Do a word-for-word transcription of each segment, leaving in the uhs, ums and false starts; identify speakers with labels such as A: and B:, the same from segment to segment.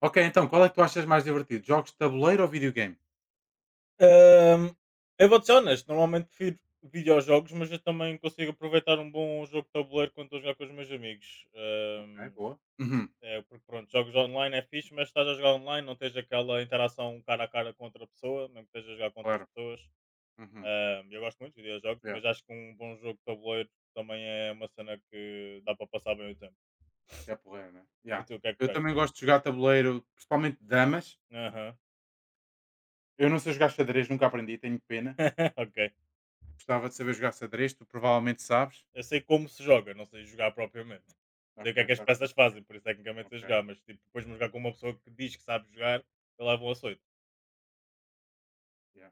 A: Ok, então, qual é que tu achas mais divertido? Jogos de tabuleiro ou videogame?
B: Ahm, eu vou-te ser honesto, normalmente prefiro videojogos, mas eu também consigo aproveitar um bom jogo de tabuleiro quando estou a jogar com os meus amigos.
A: Ok,
B: Ahm,
A: boa. Uhum,
B: é, porque pronto, jogos online é fixe, mas estás a jogar online, não tens aquela interação cara a cara com outra pessoa, mesmo que estejas a jogar com outras
A: claro.
B: pessoas.
A: Uhum,
B: Ahm, eu gosto muito de videojogos,
A: yeah,
B: mas acho que um bom jogo de tabuleiro também é uma cena que dá para passar bem o tempo.
A: que é porreiro, né?
B: E
A: Yeah.
B: tu, o que é que
A: Eu também
B: preferes?
A: gosto de jogar tabuleiro, principalmente damas.
B: Aham.
A: Eu não sei jogar xadrez, nunca aprendi, tenho pena.
B: Ok.
A: Gostava de saber jogar xadrez, tu provavelmente sabes.
B: Eu sei como se joga, não sei jogar propriamente. Sei
A: Ok,
B: o que é que as
A: sabes como é
B: peças
A: que jogar.
B: fazem, por isso tecnicamente sei
A: Ok,
B: jogar, mas tipo, depois de jogar com uma pessoa que diz que sabe jogar, eu levo um açoite.
A: yeah.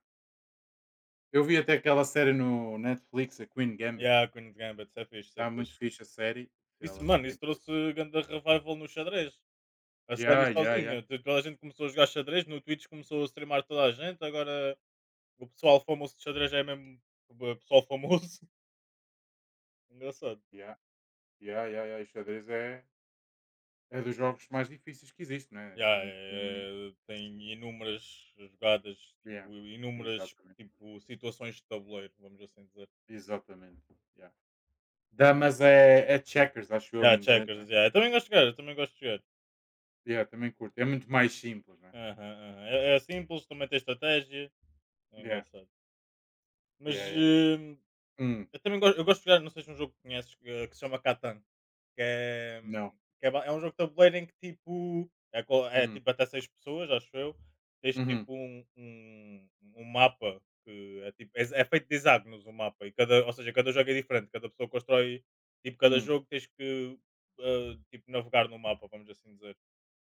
A: Eu vi até aquela série no Netflix, a Queen Gambit.
B: Yeah, Queen's Gambit, isso é fixe, isso é
A: Está muito
B: fixe.
A: fixe a série.
B: Isso,
A: Ela foi
B: mano, isso
A: campeã.
B: trouxe grande revival no xadrez. A série
A: Yeah, yeah, yeah.
B: sozinha. T- Toda a gente começou a jogar xadrez, no Twitch começou a streamar toda a gente, agora o pessoal famoso de xadrez é mesmo o pessoal famoso. Engraçado.
A: Yeah, yeah, yeah, yeah. E xadrez é, é dos jogos mais difíceis que existe, né? Em
B: Yeah,
A: termos de.
B: é- tem inúmeras jogadas,
A: Yeah,
B: tipo, inúmeras
A: exatamente,
B: tipo, situações de tabuleiro, vamos assim dizer.
A: exatamente. Yeah. Damas é, é checkers, acho eu,
B: Yeah,
A: em inglês, né?
B: checkers, yeah. Eu também gosto de jogar, eu também gosto de jogar.
A: Yeah, também curto. É muito mais simples, né?
B: Aham, aham. É, é simples, também tem estratégia. É
A: Yeah,
B: engraçado.
A: yeah,
B: Mas
A: yeah. Yeah.
B: hum,
A: Hum,
B: eu também gosto, eu gosto de jogar, não sei se é um jogo que conheces, que, que se chama Catan. Que é,
A: não.
B: que é, ba- é um jogo de tabuleiro em que tipo. É, co- é
A: Uhum,
B: tipo até seis pessoas, acho eu. Tens
A: uhum,
B: tipo um, um, um mapa que é, tipo, é, é feito de hexágonos o mapa. E cada, ou seja, cada jogo é diferente, cada pessoa constrói. Tipo, cada
A: hum,
B: jogo tens que ah, tipo, navegar no mapa, vamos assim dizer.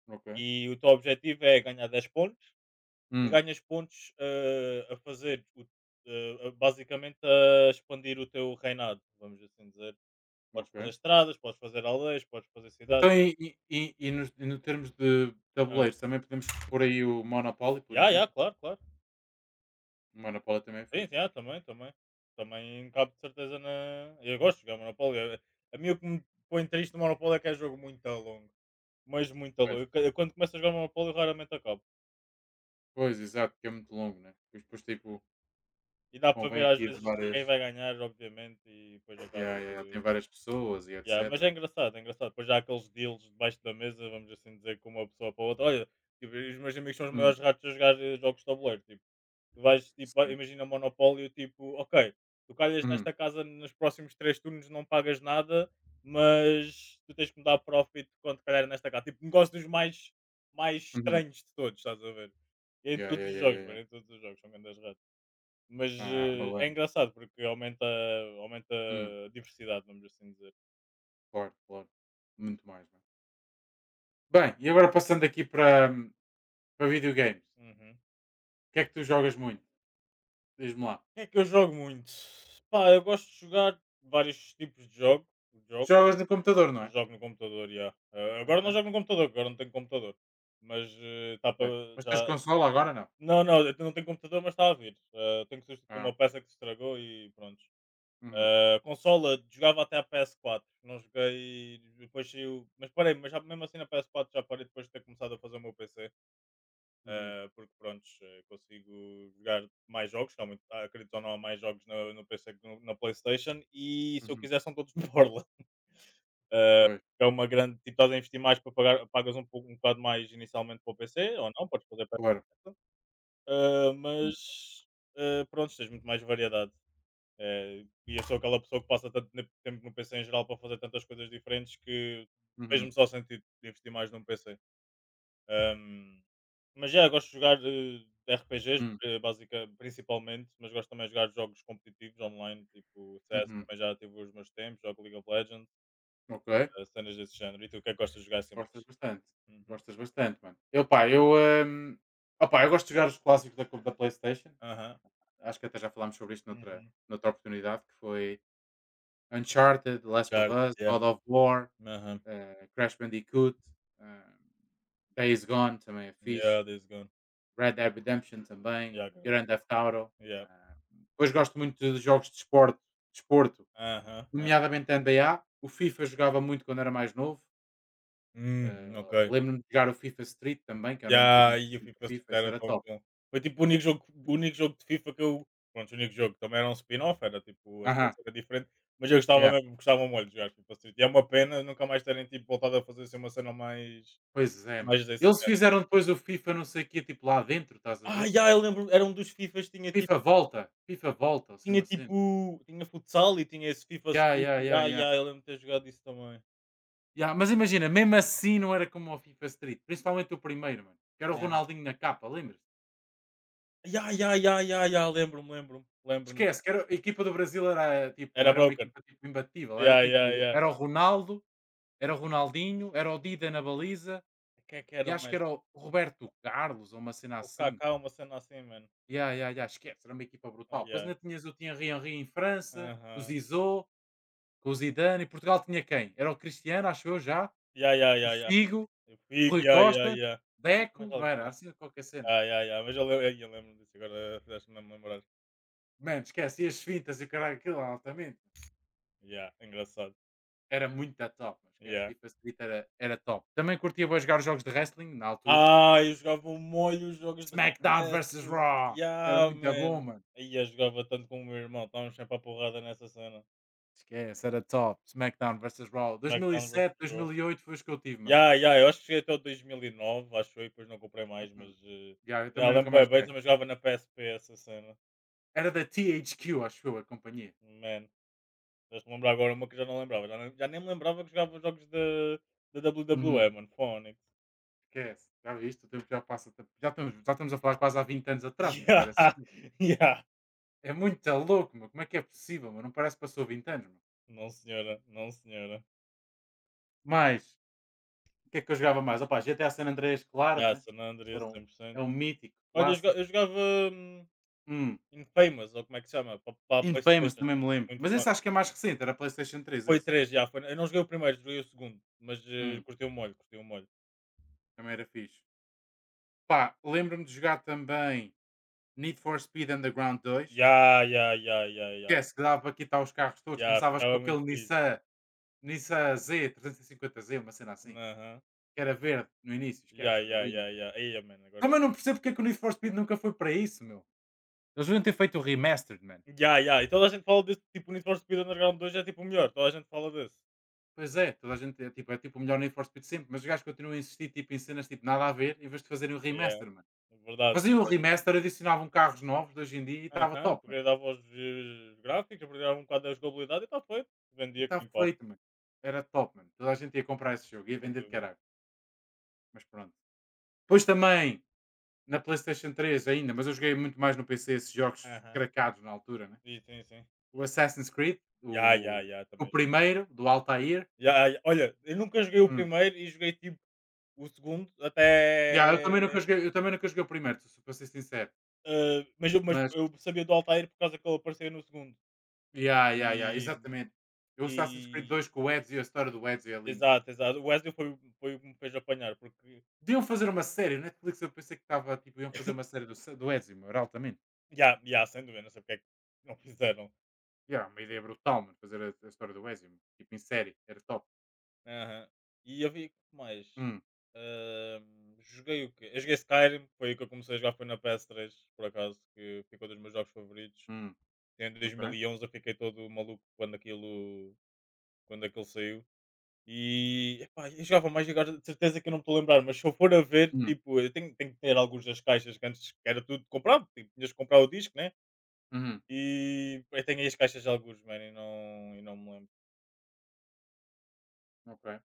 A: ok.
B: E o teu objetivo é ganhar dez pontos e
A: Hum,
B: ganhas pontos, eh, a fazer o eh, a- basicamente a expandir o teu reinado, vamos assim dizer. Podes fazer
A: ok.
B: estradas, podes fazer aldeias, podes fazer
A: Então,
B: cidades.
A: e, e, e, e nos, e no termos de
B: Ah,
A: tabuleiros, também podemos pôr aí o Monopoly, por
B: yeah, yeah,
A: exemplo?
B: claro, claro.
A: O Monopoly também é
B: Sim,
A: fixe.
B: yeah, também, também. Também cabe de certeza na. Eu gosto de jogar Monopólio. Eh, A mim o que me põe triste no Monopólio é que é jogo muito a longo. Mas muito a longo.
A: Pois,
B: Eu, ca- quando começo a jogar Monopólio raramente acabo.
A: pois exato, que é muito longo, né? Pois, depois, tipo,
B: E dá para
A: convém
B: ver às
A: aqui de
B: vezes quem
A: várias.
B: vai ganhar, obviamente, e depois acaba
A: Yeah, yeah,
B: por.
A: yeah, tem
B: eh,
A: várias pessoas e
B: Yeah, mas
A: etcétera,
B: é
A: né?
B: engraçado, é engraçado. Depois já há aqueles deals debaixo da mesa, vamos assim dizer, com uma pessoa para a outra. Olha, tipo, os meus amigos são os
A: Hum,
B: maiores ratos a jogar eh, jogos de tabuleiro. Tipo, tu vais, tipo, ah,
A: sério.
B: imagina Monopólio, tipo, ok, tu calhas
A: Uhum,
B: nesta casa nos próximos três turnos, não pagas nada, mas tu tens que me dar profit quando calhar nesta casa. Tipo, negócios mais, mais
A: uhum.
B: estranhos de todos, estás a ver? Em
A: Ya,
B: todos
A: ya,
B: os
A: ya, ya,
B: jogos, mano,
A: ya.
B: em todos os jogos, são grandes ratos. Mas
A: Ah,
B: eh, é
A: malandro.
B: engraçado porque aumenta, aumenta
A: Hum,
B: a diversidade, vamos assim dizer.
A: claro, claro. Muito mais, não é? Bem, e agora passando aqui para, hum, para, videogames.
B: Uhum.
A: O que é que tu jogas muito? Diz-me lá.
B: O que é que eu jogo muito? Pá, eu gosto de jogar vários tipos de jogo, jogo.
A: Jogas no computador, não é?
B: Jogo no computador, já. Ah, agora não
A: Ok.
B: jogo no computador, agora não tenho computador. Mas está
A: Pois.
B: para
A: Mas tens
B: já.
A: consola agora, não?
B: Não, não, eu não tenho computador, mas está a vir. Ah, tenho que substituir
A: Ah,
B: uma
A: ok.
B: peça que se estragou e pronto.
A: Uhum,
B: Ah, consola, jogava até a P S quatro. Não joguei. Depois saiu. Mas parei, mas já, mesmo assim na P S quatro já parei depois de ter começado a fazer o meu P C,
A: uhum,
B: ah, porque prontos, eh, consigo jogar mais jogos, que há muito, ah, acredito ou não, há mais jogos no, no P C que no- na Playstation, e se eu
A: uhum.
B: quiser são todos de borla,
A: Pois,
B: é uma grande, tipo, estás a investir mais para pagar, pagas um, pouco, um bocado mais inicialmente para o P C, ou não, podes fazer para
A: claro.
B: ah,
A: Hum,
B: mas ah, pronto, tens muito mais variedade. Eh, e eu sou aquela pessoa que passa tanto ne- tempo no P C em geral para fazer tantas coisas diferentes que
A: Uhum,
B: fez-me só sentido de investir mais num P C. Ahm, mas já, gosto de jogar eh, R P Gs,
A: hum,
B: eh, basica, principalmente, mas gosto também de jogar jogos competitivos online, tipo C S,
A: uhum.
B: também já tive os meus tempos, jogo League of Legends,
A: Ok.
B: eh, cenas desse género. E tu, o que é que gostas de jogar assim
A: Gostas
B: mais?
A: bastante.
B: Uhum.
A: Gostas bastante, mano. Eu, pá, eu... hum, opá, eu gosto de jogar os clássicos da, da Playstation.
B: Aham.
A: Acho que até já falámos sobre isto noutra,
B: Uhum.
A: noutra oportunidade, que foi Uncharted, The Last of
B: Uncharted,
A: Us,
B: yeah.
A: God of War,
B: Aham.
A: eh, Crash Bandicoot, hã, Days Gone também é fixe,
B: Yeah, this gone.
A: Red Dead Redemption
B: Yeah,
A: também,
B: good.
A: Grand Theft Auto,
B: Yeah.
A: hã, depois gosto muito de jogos de esporte desporto,
B: Aham. Ah.
A: nomeadamente N B A, o FIFA jogava muito quando era mais novo, hã,
B: Hum, ok.
A: lembro-me de jogar o FIFA Street também, que era um bocadinho
B: Ya, e a
A: parecido
B: FIFA Street
A: FIFA, isso
B: era
A: era
B: tão
A: top.
B: bom. Foi tipo o único jogo o único jogo de FIFA que eu pronto, o único jogo, também era um spin-off, era tipo, a
A: Aham,
B: situação era diferente, mas eu gostava
A: yeah,
B: mesmo, gostava muito de jogar FIFA Street. E é uma pena nunca mais terem tipo voltado a fazer assim uma cena mais
A: pois é, mano.
B: mais desse
A: Eles
B: género.
A: fizeram depois o FIFA não sei quê, tipo lá dentro, estás a
B: Ah,
A: ver?
B: já, eu lembro era um dos FIFAs tinha tipo
A: FIFA Volta, FIFA Volta, assim
B: tinha
A: uma cena.
B: tipo tinha futsal e tinha esse FIFA
A: Ya,
B: Street,
A: ya, ya,
B: já,
A: ya.
B: já, eu lembro de ter jogado isso também.
A: Ya, mas imagina, mesmo assim não era como o FIFA Street, principalmente o primeiro, mano, que era o
B: Aham.
A: Ronaldinho na capa, lembras?
B: Já, já, já, já, já, lembro-me, lembro-me, lembro-me.
A: Esquece, que era a equipa do Brasil, era, tipo,
B: Era
A: era uma
B: broken.
A: equipa, tipo, imbatível, era
B: Ya, ya,
A: tipo,
B: ya.
A: era o Ronaldo, era o Ronaldinho, era o Dida na baliza
B: Quem é que
A: e
B: era
A: acho que
B: mais?
A: era o Roberto Carlos ou uma cena
B: O
A: assim.
B: Kaká, uma cena assim, mano.
A: Ya, ya, ya, esquece, era uma equipa brutal. Depois ainda
B: Aia.
A: tinhas o Thierry Henry em França, o
B: Aham.
A: Zizou, com o Zidane, e Portugal tinha quem? Era o Cristiano, acho eu já,
B: Ya, ya,
A: o
B: ya, ya.
A: Figo,
B: Eu fico,
A: Rui
B: ya, ya,
A: Costa,
B: ya.
A: Deco,
B: Mais
A: não era?
B: alguém.
A: Assim qualquer cena.
B: Ya, ya, ya. Mas eu, le- ai, eu lembro disso, agora fizeste-me lembrar.
A: Mano, esquece, e as fintas e o caralho, aquilo altamente.
B: Ya, engraçado.
A: Era muito a top, mano, esquece.
B: Ya.
A: FIFA Street era, era top. Também curtia bué jogar os jogos de wrestling na altura.
B: Ah, eu jogava um molho os jogos de
A: SmackDown versus
B: wrestling.
A: Raw. Era
B: Ya,
A: muito bom,
B: man.
A: mano.
B: Aí eu jogava tanto com o meu irmão, estávamos sempre à porrada nessa cena.
A: Esquece, era top. SmackDown versus Raw.
B: SmackDown versus.
A: dois mil e sete,
B: Raw.
A: dois mil e oito foi os que eu tive, mano.
B: Ya, ya, eu acho que cheguei até o dois mil e nove, acho eu, e depois não comprei mais,
A: Uhum.
B: mas... eh,
A: Já, eu
B: Ya,
A: também
B: lembro
A: nunca mais
B: bem, bem,
A: joguei.
B: também jogava na P S P essa cena.
A: Era da T H Q, acho eu, a companhia.
B: Man. Estás-me a lembrar agora uma que eu já não lembrava. Já nem, já nem me lembrava que jogava jogos da, da
A: Uhum.
B: W W E, mano. Phonics.
A: Esquece. Já viste? O tempo já passa. Já estamos, já estamos a falar quase há vinte anos atrás, mas jogar esses
B: Yeah,
A: jogos,
B: yeah.
A: é muito louco, meu. Como é que é possível, meu? Não parece que passou vinte anos, meu.
B: Não, senhora. Não, senhora.
A: Mas, o que é que eu jogava mais? Opa, G T A San Andreas, claro,
B: Yeah,
A: né?
B: San Andreas,
A: Era um, é
B: cem por cento.
A: um mítico,
B: Olha, eu, joga-
A: clássico.
B: eu jogava hum,
A: Hum.
B: Infamous, ou como é que se chama? Para a
A: Infamous,
B: PlayStation.
A: também me lembro.
B: Muito
A: Mas
B: fun.
A: esse acho que é mais recente, era PlayStation três
B: Foi
A: esse.
B: três já. Foi... Eu não joguei o primeiro, joguei o segundo. Mas eh,
A: Hum,
B: curti o molho, curti o molho.
A: Também era fixe. Pá, lembro-me de jogar também Need for Speed Underground dois.
B: Ya, ya, ya, ya, ya.
A: Esquece que dava para quitar os carros todos.
B: Ya,
A: Começavas com
B: ficava muito
A: aquele
B: fixe.
A: Nissan, Nissan Z, trezentos e cinquenta Z, uma cena assim.
B: Aham.
A: Que era verde no início,
B: Ya,
A: esquece, era
B: ya, ya,
A: lindo.
B: ya. Aí, mano, agora
A: Também não percebo porque é que o Need for Speed nunca foi para isso, meu. Eles deviam ter feito o remastered, man.
B: Ya, ya. E toda a gente fala desse tipo o Need for Speed Underground dois é tipo o melhor, toda a gente fala desse.
A: Pois é, toda a gente é tipo, é tipo, o melhor Need for Speed sempre, mas os gajos continuam a insistir tipo, em cenas tipo nada a ver em vez de fazerem o
B: Yeah,
A: remaster, mano.
B: verdade,
A: Faziam o
B: verdade.
A: remaster, adicionavam carros novos de hoje em dia e estava
B: Aham,
A: top, mano.
B: upgradeava os, eh, gráficos, upgradeava um bocado a jogabilidade e está feito.
A: E
B: Vendia
A: estava
B: aquilo, pop
A: feito, mano. Era top, mano. Toda a gente ia comprar esse jogo, ia
B: sem
A: vender de
B: dúvida.
A: caralho. Mas pronto. Depois também, na PlayStation três ainda, mas eu joguei muito mais no P C esses jogos
B: Aham.
A: cracados na altura, né?
B: Sim, sim, sim.
A: O Assassin's Creed,
B: Ya, ya,
A: o,
B: ya,
A: o
B: também joguei.
A: primeiro, do Altair.
B: Ya, ya. Olha, eu nunca joguei o
A: Hum.
B: primeiro e joguei tipo o segundo
A: Yeah, eu, também nunca
B: até,
A: joguei, eu também nunca joguei o primeiro, se para ser sincero.
B: eh, mas eu mas
A: Mas
B: eu sabia do Altair por causa que ele aparecia no segundo.
A: ya, ya, ya,
B: E
A: exatamente. Eu Assassin's Creed
B: e
A: dois com o Ezio, a história do Ezio é linda, mano.
B: exato, exato. O Wesley foi o foi o que me fez apanhar, porque
A: Deviam fazer uma série, na Netflix eu pensei que estava, tipo, iam fazer uma série do, Se- do Ezio, meu, era altamente.
B: Ya, ya, sem dúvida, não sei porque é que não fizeram.
A: Ya, uma ideia brutal, mano, fazer a, a história do Ezio, mano, tipo, em série, era top.
B: Aham. E havia que mais?
A: Hum,
B: Ahm, joguei o quê? Eu joguei Skyrim, foi aí que eu comecei a jogar, foi na P S três, por acaso, que ficou dos meus jogos favoritos.
A: hum,
B: Em
A: ok.
B: dois mil e onze eu fiquei todo maluco quando aquilo, quando aquilo saiu. E epá, eu jogava mais agora, de certeza que eu não me estou a lembrar, mas se eu for a ver,
A: Hum,
B: tipo, eu tenho, tenho que ter alguns das caixas que antes era tudo comprado, tipo, tinhas que comprar o disco, né?
A: uhum,
B: E eu tenho aí as caixas de alguns, mano, e não, e não me lembro.
A: ok.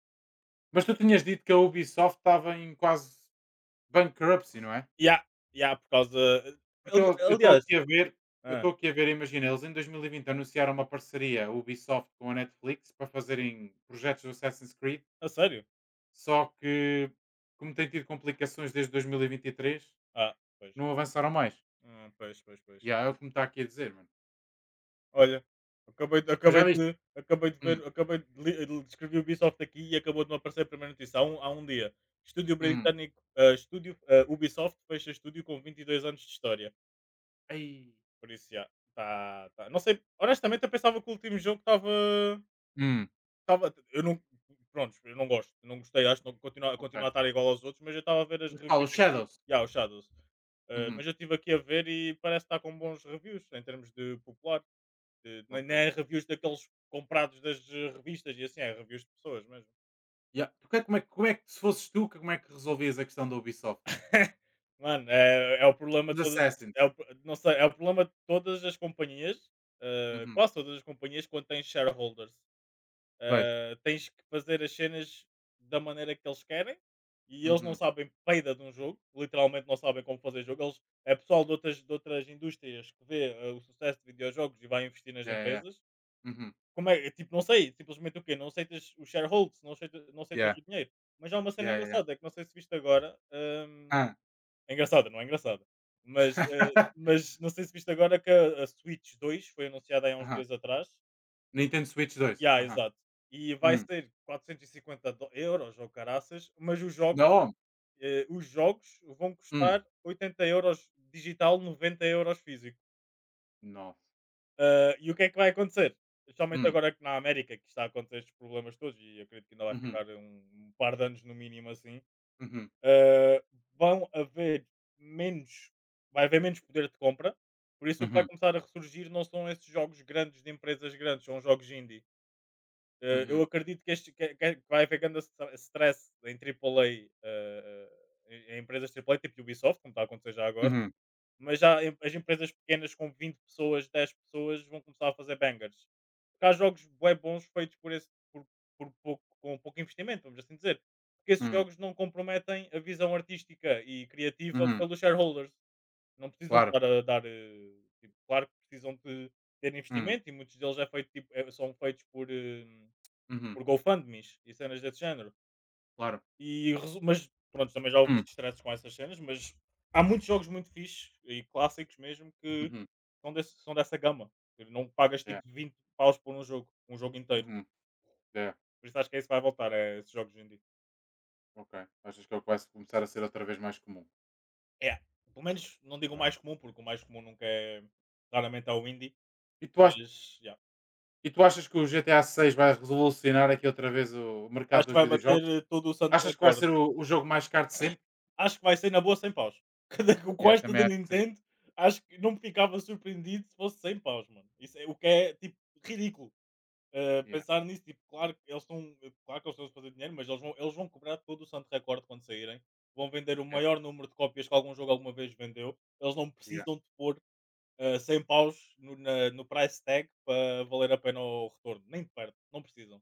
A: Mas tu tinhas dito que a Ubisoft estava em quase bankruptcy, não é?
B: Ya, ya, por causa
A: Porque eu
B: ali
A: estou aqui
B: aliás
A: a ver, eu
B: ah
A: estou aqui a ver, imagina, eles em dois mil e vinte anunciaram uma parceria Ubisoft com a Netflix para fazerem projetos do Assassin's Creed.
B: a sério?
A: Só que, como tem tido complicações desde dois mil e e vinte e três,
B: Ah, Pois.
A: não avançaram mais.
B: Hum, pois, pois, pois.
A: Yeah, é o que me está aqui a dizer, mano.
B: Olha, acabei de
A: Mas já
B: acabei
A: viste?
B: de acabei de
A: Hum,
B: ver acabei de li li escrevi Ubisoft aqui e acabou de me aparecer a primeira notícia há um há um dia. Estúdio
A: hum.
B: britânico, hã, estúdio, hã, Ubisoft fecha estúdio com vinte e dois anos de história.
A: Ai.
B: Por isso, já, tá tá não sei honestamente eu pensava que o último jogo estava
A: Hum,
B: tava eu não pronto eu não gosto, não gostei, acho que não continua
A: ok.
B: continua a estar igual aos outros, mas eu estava a ver as
A: Mas qual?
B: reviews
A: Os
B: aqui
A: Shadows?
B: yeah, o Shadows. Ah,
A: Uhum,
B: mas eu estive aqui a ver e parece que está com bons reviews em termos de popular. De nem nem
A: ok.
B: é reviews daqueles comprados das eh, revistas e assim, é reviews de pessoas mesmo.
A: Yeah. Tu, que- como, é, que- como é que, se fosses tu, que- como é que resolvias a questão da Ubisoft?
B: Mano, é é o problema
A: Dos
B: todo, é
A: Assassins?
B: o não sei, é o problema de todas as companhias, ah,
A: Uhum.
B: quase todas as companhias quando têm shareholders.
A: Pois.
B: Ah, tens que fazer as cenas da maneira que eles querem e eles não
A: Uhum.
B: sabem peida de um jogo, literalmente não sabem como fazer jogo. Eles, é pessoal de outras, de outras indústrias que vê ah, o sucesso de videojogos e vai investir nas
A: Yeah, yeah, yeah.
B: empresas.
A: Uhum.
B: Como é? Tipo, não sei, simplesmente o quê? Não aceitas os shareholders, não aceitas, não
A: Yeah,
B: aceitas o dinheiro. Mas há uma cena
A: yeah, yeah. Yeah.
B: engraçada, é que não sei se viste agora. Hum,
A: Ah.
B: é engraçada, não é engraçada. Mas, eh, mas não sei se viste agora que a, a Switch dois foi anunciada há uns
A: Aham.
B: dias atrás.
A: Nintendo Switch dois.
B: Ya,
A: Aham.
B: exato. E vai
A: Hum.
B: ser quatrocentos e cinquenta do euros ou caraças. Mas os jogos,
A: Não.
B: eh, os jogos vão
A: Hum.
B: custar oitenta euros digital, noventa euros físico.
A: Nossa.
B: Ah, e o que é que vai acontecer? Especialmente
A: Hum.
B: agora que na América que está a acontecer estes problemas todos, e eu acredito que ainda vai
A: Uhum.
B: ficar um, um par de anos no mínimo assim.
A: Uhum.
B: ah, vão haver menos, Vai haver menos poder de compra. Por isso o que vai
A: Uhum.
B: começar a ressurgir não são esses jogos grandes de empresas grandes, são jogos indie. Eh, eu
A: Uhum.
B: acredito que, este, que, que vai haver grande stra- stress em A A A, eh, eh, em, em empresas A A A, tipo Ubisoft, como está a acontecer já agora.
A: Uhum,
B: Mas já em- as empresas pequenas com vinte pessoas, dez pessoas, vão começar a fazer bangers. Porque há jogos bué bons feitos por esse, por, por pouco, com pouco investimento, vamos assim dizer. Porque esses
A: uhum,
B: jogos não comprometem a visão artística e criativa
A: uhum,
B: pelos shareholders. Não precisam
A: claro,
B: estar a dar. Eh, tipo, claro que precisam de ter
A: hum,
B: investimento, e muitos deles é feito, tipo, é- são feitos por. eh,
A: uhum,
B: por GoFundMes e cenas desse género.
A: claro,
B: E, resu- mas pronto, também já houve
A: hum,
B: muitos stresses com essas cenas, mas há muitos jogos muito fixes e clássicos mesmo que
A: uhum,
B: são, desse, são dessa gama. Que Não pagas
A: yeah,
B: tipo vinte paus por um jogo, um jogo inteiro.
A: uhum, yeah,
B: Por isso acho que é isso que vai voltar, é esses jogos indie.
A: ok. Achas que é o que vai começar a ser outra vez mais comum?
B: É, pelo menos não digo
A: Muito
B: o
A: bem.
B: mais comum, porque o mais comum nunca é raramente é o indie,
A: E tu, ach-
B: mas yeah.
A: e tu achas que o G T A seis vai revolucionar aqui outra vez o mercado
B: Acho que
A: dos
B: vai bater
A: videojogos?
B: eh, todo o santo
A: Achas que vai
B: recorde.
A: ser o, o jogo mais caro de sempre?
B: Acho que vai ser na boa cem paus. Cada que com
A: Yeah,
B: esta
A: também
B: da
A: acho que sim.
B: Nintendo, acho que não me ficava surpreendido se fosse cem paus, mano. Isso é, o que é, tipo, ridículo. Eh,
A: Yeah,
B: pensar nisso, tipo, claro que eles estão, claro que eles estão a fazer dinheiro. Mas eles vão, eles vão cobrar todo o santo recorde quando saírem. Vão vender o
A: yeah,
B: maior número de cópias que algum jogo alguma vez vendeu. Eles não
A: yeah.
B: precisam de pôr eh, cem paus no, na- no price tag para valer a pena o retorno. Nem de perto, não precisam.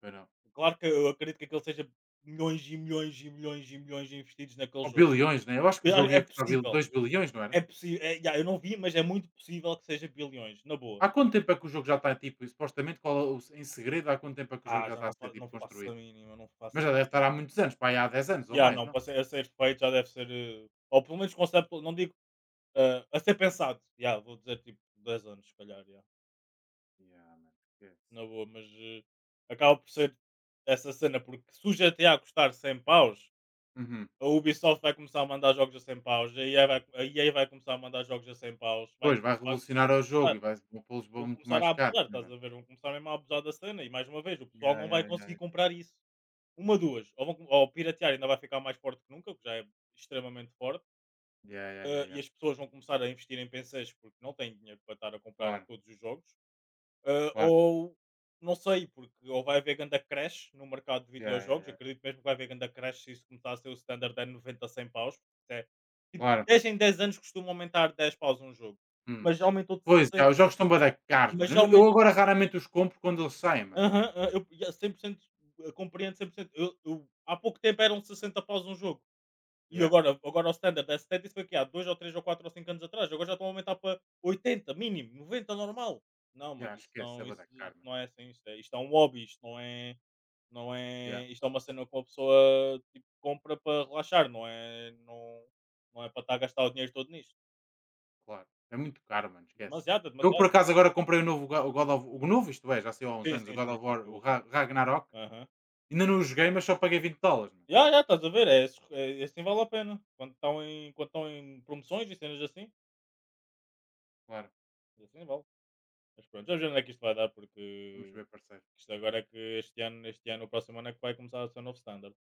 A: Pois não.
B: Claro que eu acredito que aquele seja milhões e milhões e milhões e milhões investidos naquele
A: Ou
B: jogo.
A: bilhões, né? Eu acho que o
B: Eu a
A: jogo ia
B: É
A: custar
B: possível,
A: dois bilhões, não era?
B: é possível. é já, eu não vi, mas é muito possível que seja bilhões, na boa.
A: Há quanto tempo é que o jogo já está tipo, e supostamente, qual, é o- em segredo, há quanto tempo é que o jogo
B: Ah,
A: já
B: já
A: está a
B: não
A: ser
B: fa
A: tipo
B: não faço a
A: construído?
B: mínima, não
A: Mas
B: faço
A: já deve
B: a
A: estar
B: mínima.
A: há muitos anos, pá, aí há dez anos ou
B: Já,
A: mais,
B: não,
A: não?
B: para ser a ser feito já deve ser, eh, ou pelo menos conceptu não digo, ah, a ser pensado, já, vou dizer tipo dez anos se calhar, já,
A: Yeah, mano, esquece.
B: na boa, mas, eh, acaba por ser essa cena, porque se o G T a custar cem paus,
A: Uhum.
B: a Ubisoft vai começar a mandar jogos a cem paus, a E A vai a E A vai começar a mandar jogos a cem paus, vai
A: Pois, vai
B: vai
A: revolucionar o jogo e
B: começar.
A: vai vão pô-los
B: Vou
A: muito
B: começar
A: mais
B: a
A: caros,
B: abusar,
A: né,
B: estás
A: mano?
B: a ver? Vão começar mesmo a abusar da cena, e mais uma vez o pessoal
A: Yeah,
B: não vai
A: yeah, yeah, yeah.
B: conseguir comprar isso. Uma, duas, ou, vão, com- ou piratear ainda vai ficar mais forte que nunca, que já é extremamente forte.
A: Yeah, yeah, yeah,
B: Eh,
A: yeah.
B: e as pessoas vão começar a investir em P Cs porque não têm dinheiro para estar a comprar
A: Claro,
B: todos os jogos, eh,
A: claro.
B: ou não sei, porque ou vai haver ganda crash no mercado de
A: Yeah, yeah,
B: videojogos. Eu
A: yeah.
B: acredito mesmo que vai haver ganda crash se isso começar a ser o standard de noventa a cem paus, porque é, tipo,
A: Claro.
B: dez em dez anos costuma aumentar dez paus um jogo,
A: Hum.
B: mas já aumentou de
A: Pois, já,
B: sessenta.
A: os jogos estão bué da caros,
B: Mas
A: mano.
B: já.
A: Eu, eu agora raramente os compro quando eles saem, mano.
B: Aham. ah eu eu cem por cento, eu compreendo cem por cento. Eu eu há pouco tempo eram sessenta após um jogo, e
A: Yeah,
B: agora agora o standard é setenta, isso foi o há dois ou três ou quatro ou cinco anos atrás. Agora já estão a aumentar para oitenta mínimo, noventa normal. Não,
A: yeah,
B: mano, isso
A: esquece, é
B: não,
A: bué
B: isso
A: da caro,
B: isso
A: mano.
B: não é assim. Isto é isto é um hobby, isto não é, não
A: Yeah,
B: é, isto é uma cena que uma pessoa, tipo, compra para relaxar, não é, não não é para estar a gastar o dinheiro todo nisto.
A: claro. É muito caro, mano, esquece.
B: Demasiado, é
A: Eu, por
B: demasiado.
A: acaso, agora comprei o novo Ga- o God of O novo, isto é, já saiu há uns
B: Sim,
A: anos, o
B: sim,
A: God
B: sim,
A: of
B: sim,
A: War,
B: é o
A: o
B: último.
A: Ra- Ragnarok.
B: Aham.
A: Ainda não o joguei, mas só paguei vinte dólares, mano.
B: Ya, já estás a ver? É, esses é, assim vale a pena. Quando estão em, quando estão em promoções e cenas assim,
A: Claro.
B: assim vale. Mas pronto, vamos ver onde é que isto vai dar,
A: Vamos
B: porque
A: ver, parceiro.
B: isto agora é que este ano, este ano, o próximo ano é que vai começar a ser o novo standard.